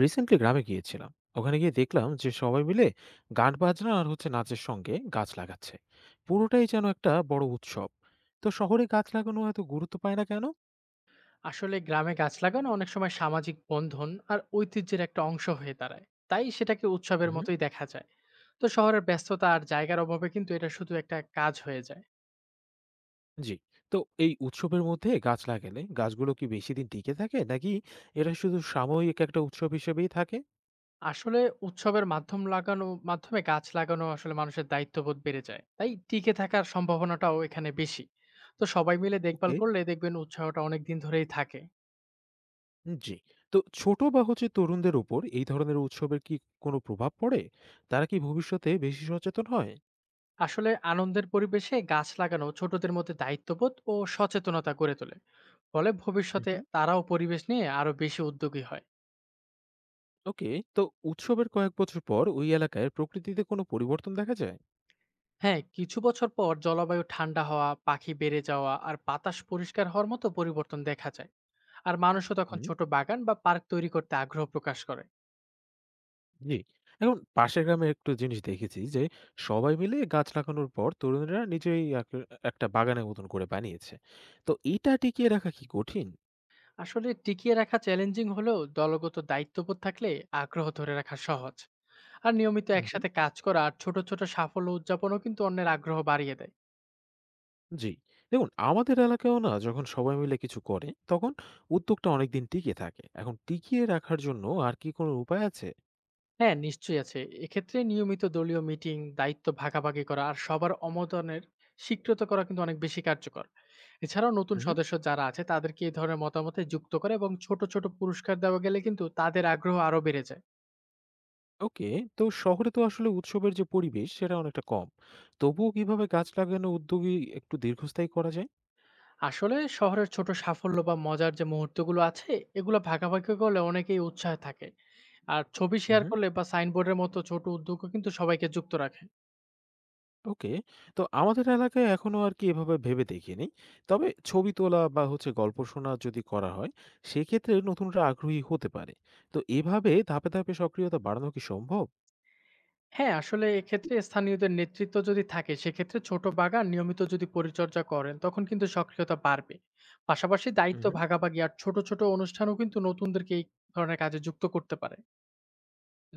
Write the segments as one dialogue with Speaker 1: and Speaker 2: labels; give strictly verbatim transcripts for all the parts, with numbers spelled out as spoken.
Speaker 1: Recently গ্রামে গিয়েছিলাম। ওখানে গিয়ে দেখলাম যে সবাই মিলে গান বাজনা আর হচ্ছে নাচের সঙ্গে গাছ লাগাচ্ছে, পুরোটাই যেন একটা বড় উৎসব। তো শহরে গাছ লাগানো এত গুরুত্ব পায় না কেন?
Speaker 2: আসলে গ্রামে গাছ লাগানো অনেক সময় সামাজিক বন্ধন আর ঐতিহ্যের একটা অংশ হয়ে দাঁড়ায়, তাই সেটাকে উৎসবের
Speaker 1: হুম।
Speaker 2: মতোই দেখা যায়। তো শহরের ব্যস্ততা আর জায়গার অভাবে কিন্তু এটা শুধু একটা কাজ হয়ে যায়।
Speaker 1: জি। তো এই উৎসবের মধ্যে গাছ লাগালে গাছগুলো কি বেশি দিন টিকে থাকে নাকি এটা শুধু সাময়িক একটা উৎসব হিসেবেই থাকে?
Speaker 2: আসলে উৎসবের মাধ্যম লাগানো মাধ্যমে গাছ লাগানো আসলে মানুষের দায়িত্ববোধ বেড়ে যায়, তাই টিকে থাকার সম্ভাবনাটাও এখানে বেশি। তো সবাই মিলে দেখভাল
Speaker 1: ওকে।
Speaker 2: করলে দেখবেন উৎসাহটা অনেক দিন ধরেই থাকে।
Speaker 1: জি। তো ছোট বা হচ্ছে তরুণদের উপর এই ধরনের উৎসবের কি কোনো প্রভাব পড়ে? তারা কি ভবিষ্যতে বেশি সচেতন হয়?
Speaker 2: আসলে আনন্দের পরিবেশে গাছ লাগানো ছোটদের মধ্যে দায়িত্ববোধ ও সচেতনতা গড়ে তোলে। ফলে ভবিষ্যতে তারাও পরিবেশ নিয়ে আরো বেশি উদ্যোগী হয়।
Speaker 1: ওকে। তো উৎসবের কয়েক বছর পর ওই এলাকায় প্রকৃতিতে কোনো পরিবর্তন দেখা যায়?
Speaker 2: হ্যাঁ, কিছু বছর পর জলবায়ু ঠান্ডা হওয়া, পাখি বেড়ে যাওয়া আর বাতাস পরিষ্কার হওয়ার মতো পরিবর্তন দেখা যায়। আর মানুষও তখন
Speaker 1: হুম।
Speaker 2: ছোট বাগান বা পার্ক তৈরি করতে আগ্রহ প্রকাশ করে।
Speaker 1: জি। এখন পাশের গ্রামে একটু জিনিস দেখেছি যে সবাই মিলে গাছ লাগানোর পর তরুণরা নিজেই এক- একটা বাগানের মতন করে বানিয়েছে। তো এটা টিকিয়ে রাখা কি কঠিন?
Speaker 2: আসলে টিকিয়ে রাখা চ্যালেঞ্জিং হলেও দলগত দায়িত্ববোধ থাকলে আগ্রহ ধরে রাখা সহজ। আর নিয়মিত
Speaker 1: হুম, হুম।
Speaker 2: একসাথে কাজ করা আর ছোট ছোট সাফল্য উদযাপনও কিন্তু অন্যের আগ্রহ বাড়িয়ে দেয়।
Speaker 1: জি। দেখুন, আমাদের এলাকায়ও না, যখন সবাই মিলে কিছু করে তখন উদ্যোগটা অনেকদিন টিকে থাকে। এখন টিকিয়ে রাখার জন্য আর কি কোনো উপায় আছে?
Speaker 2: হ্যাঁ, নিশ্চয়ই আছে। এক্ষেত্রে নিয়মিত দলীয় মিটিং, দায়িত্ব ভাগাভাগি করা আর সবার অমতনের স্বীকৃত করা কিন্তু অনেক বেশি কার্যকর। এছাড়াও নতুন সদস্য যারা আছে তাদেরকে এই ধরনের মতামতে যুক্ত করে এবং ছোট, ছোট পুরস্কার দেওয়া গেলে কিন্তু তাদের আগ্রহ আরো বেড়ে যায়।
Speaker 1: ওকে। তো শহরে তো আসলে উৎসবের যে পরিবেশ, সেটা অনেকটা কম। তবুও কিভাবে গাছ লাগানো উদ্যোগী একটু দীর্ঘস্থায়ী করা যায়?
Speaker 2: আসলে শহরের ছোট সাফল্য বা মজার যে মুহূর্তগুলো আছে, এগুলো ভাগাভাগি করলে অনেকেই উৎসাহে থাকে। আর ছবি শেয়ার
Speaker 1: হুম।
Speaker 2: করলে বা সাইনবোর্ডের মতো ছোট উদ্যোগও কিন্তু সবাইকে যুক্ত রাখে।
Speaker 1: ওকে। তো আমাদের এলাকায় এখনো আর কি এভাবে ভেবে দেখিনি, তবে ছবি তোলা বা হচ্ছে গল্প শোনা যদি করা হয় সেক্ষেত্রে নতুনরা আগ্রহী হতে পারে। তো এভাবে ধাপে ধাপে সক্রিয়তা বাড়ানো কি সম্ভব?
Speaker 2: হ্যাঁ, আসলে এক্ষেত্রে স্থানীয়দের নেতৃত্ব যদি থাকে, সেক্ষেত্রে ছোট বাগান নিয়মিত যদি পরিচর্যা করেন, তখন কিন্তু সক্রিয়তা বাড়বে। পাশাপাশি দায়িত্ব
Speaker 1: হুম।
Speaker 2: ভাগাভাগি আর ছোট, ছোট অনুষ্ঠানও কিন্তু নতুনদেরকে এই ধরনের কাজে যুক্ত করতে পারে।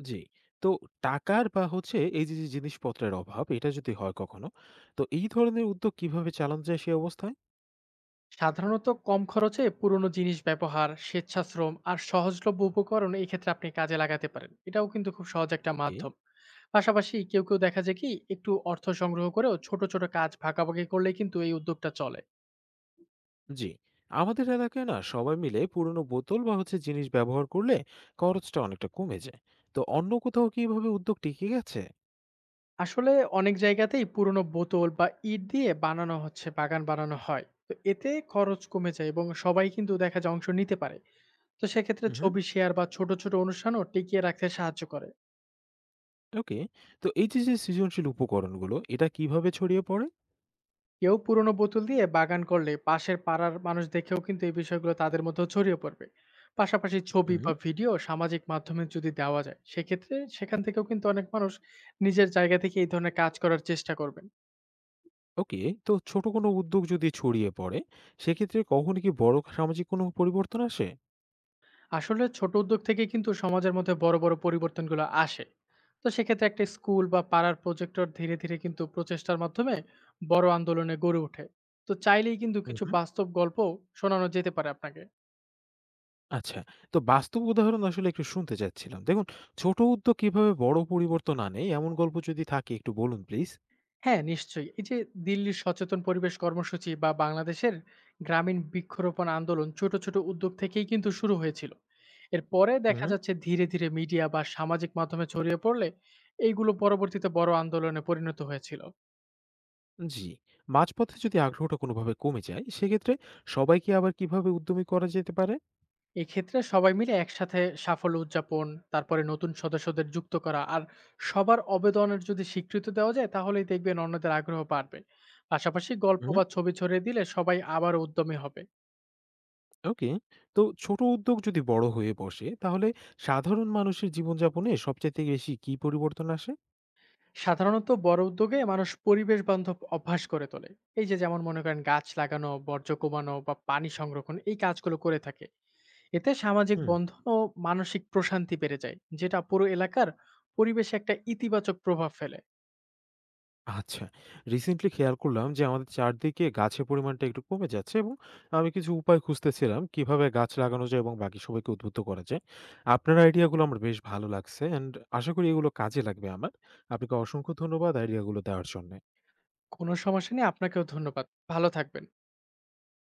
Speaker 1: জি। তো টাকার বা হচ্ছে এই যে যে জিনিসপত্রের অভাব, এটা যদি হয় কখনো, তো এই ধরনের উদ্যোগ কিভাবে চালানো যায় সে অবস্থায়?
Speaker 2: সাধারণত কম খরচে পুরনো জিনিস ব্যবহার, স্বেচ্ছাশ্রম আর সহজলভ্য উপকরণ এই ক্ষেত্রে আপনি কাজে লাগাতে পারেন। এটাও কিন্তু খুব সহজ একটা
Speaker 1: ওকে।
Speaker 2: মাধ্যম। পাশাপাশি কেউ, কেউ দেখা যায় কি একটু অর্থ সংগ্রহ করেও ছোট, ছোট কাজ ভাগাভাগি করলেই কিন্তু এই উদ্যোগটা চলে।
Speaker 1: জি। আমাদের এলাকায় না সবাই মিলে পুরনো বোতল বা হচ্ছে জিনিস ব্যবহার করলে খরচটা অনেকটা কমে যায়। তো অন্য কোথাও কি এভাবে উদ্যোগ টিকে গেছে?
Speaker 2: আসলে অনেক জায়গাতেই পুরনো বোতল বা ইট দিয়ে বানানো হচ্ছে বাগান বানানো হয়, তো এতে খরচ কমে যায় এবং সবাই কিন্তু দেখা যায় অংশ নিতে পারে। তো সেক্ষেত্রে
Speaker 1: হুম।
Speaker 2: ছবি শেয়ার বা ছোট ছোট অনুষ্ঠানও টিকিয়ে রাখতে সাহায্য করে।
Speaker 1: ওকে। তো এই যে যে সৃজনশীল উপকরণগুলো, এটা কিভাবে ছড়িয়ে পড়ে?
Speaker 2: কেউ পুরনো বোতল দিয়ে বাগান করলে পাশের পাড়ার মানুষ দেখেও কিন্তু এই বিষয়গুলো তাদের মধ্যেও ছড়িয়ে পড়বে। পাশাপাশি ছবি
Speaker 1: হুম।
Speaker 2: বা ভিডিও সামাজিক মাধ্যমে যদি দেওয়া যায়, সেক্ষেত্রে সেখান থেকেও কিন্তু অনেক মানুষ নিজের জায়গা থেকে এই ধরনের কাজ করার চেষ্টা করবেন।
Speaker 1: ওকে। তো ছোট কোনো উদ্যোগ যদি ছড়িয়ে পড়ে সেক্ষেত্রে কখনো কি বড় সামাজিক কোনো পরিবর্তন আসে?
Speaker 2: আসলে ছোট উদ্যোগ থেকে কিন্তু সমাজের মধ্যে বড় বড় পরিবর্তনগুলো আসে। তো সেক্ষেত্রে একটা স্কুল বা পাড়ার প্রজেক্টর ধীরে ধীরে কিন্তু প্রচেষ্টার মাধ্যমে বড় আন্দোলনে গড়ে ওঠে। তো চাইলেই কিন্তু
Speaker 1: হুম।
Speaker 2: কিছু বাস্তব গল্প শোনানো যেতে পারে আপনাকে।
Speaker 1: আচ্ছা। তো বাস্তব উদাহরণ আসলে একটু শুনতে চাচ্ছিলাম। দেখুন, ছোট উদ্যোগ কিভাবে বড় পরিবর্তন আনে, এমন গল্প যদি থাকে একটু বলুন প্লিজ।
Speaker 2: হ্যাঁ, নিশ্চয়ই। এই যে দিল্লির সচেতন পরিবেশ কর্মসূচি বা বাংলাদেশের গ্রামীণ বৃক্ষরোপণ আন্দোলন ছোট ছোট উদ্যোগ থেকেই কিন্তু শুরু হয়েছিল। এরপরে দেখা যাচ্ছে ধীরে ধীরে মিডিয়া বা সামাজিক মাধ্যমে ছড়িয়ে পড়লে এইগুলো পরবর্তীতে বড় আন্দোলনে পরিণত হয়েছিল।
Speaker 1: জি। মাঝপথে যদি আগ্রহটা কোনোভাবে কমে যায়, সেক্ষেত্রে সবাইকে আবার কিভাবে উদ্যমী করা যেতে পারে?
Speaker 2: এক্ষেত্রে সবাই মিলে একসাথে সাফল্য উদযাপন, তারপরে নতুন সদস্যদের যুক্ত করা আর সবার অবদানের যদি স্বীকৃতি দেওয়া যায়, তাহলেই দেখবেন অন্যদের আগ্রহ বাড়বে। পাশাপাশি গল্প
Speaker 1: হুম,
Speaker 2: বা ছবি ছড়িয়ে দিলে সবাই আবার উদ্যমী হবে।
Speaker 1: ওকে। তো ছোট উদ্যোগ যদি বড় হয়ে বসে, তাহলে সাধারণ মানুষের জীবনযাপনে সবচাইতে বেশি কি পরিবর্তন আসে?
Speaker 2: সাধারণত বড় উদ্যোগে মানুষ পরিবেশ বান্ধব অভ্যাস করে তোলে। এই যে যেমন মনে করেন গাছ লাগানো, বর্জ্য কমানো বা পানি সংরক্ষণ এই কাজগুলো করে থাকে। এতে সামাজিক
Speaker 1: হুম,
Speaker 2: বন্ধন ও মানসিক প্রশান্তি বেড়ে যায়, যেটা পুরো এলাকার পরিবেশে একটা ইতিবাচক প্রভাব ফেলে।
Speaker 1: আচ্ছা। রিসেন্টলি খেয়াল করলাম যে আমাদের চারদিকে গাছের পরিমাণটা একটু কমে যাচ্ছে, এবং আমি কিছু উপায় খুঁজতেছিলাম কিভাবে গাছ লাগানো যায় এবং বাকি সবাইকে উদ্বুদ্ধ করা যায়। আপনার আইডিয়াগুলো আমার বেশ ভালো লাগছে, অ্যান্ড আশা করি এগুলো কাজে লাগবে আমার। আপনাকে অসংখ্য ধন্যবাদ আইডিয়াগুলো দেওয়ার জন্য।
Speaker 2: কোনো সমস্যা নেই। আপনাকেও ধন্যবাদ। ভালো থাকবেন।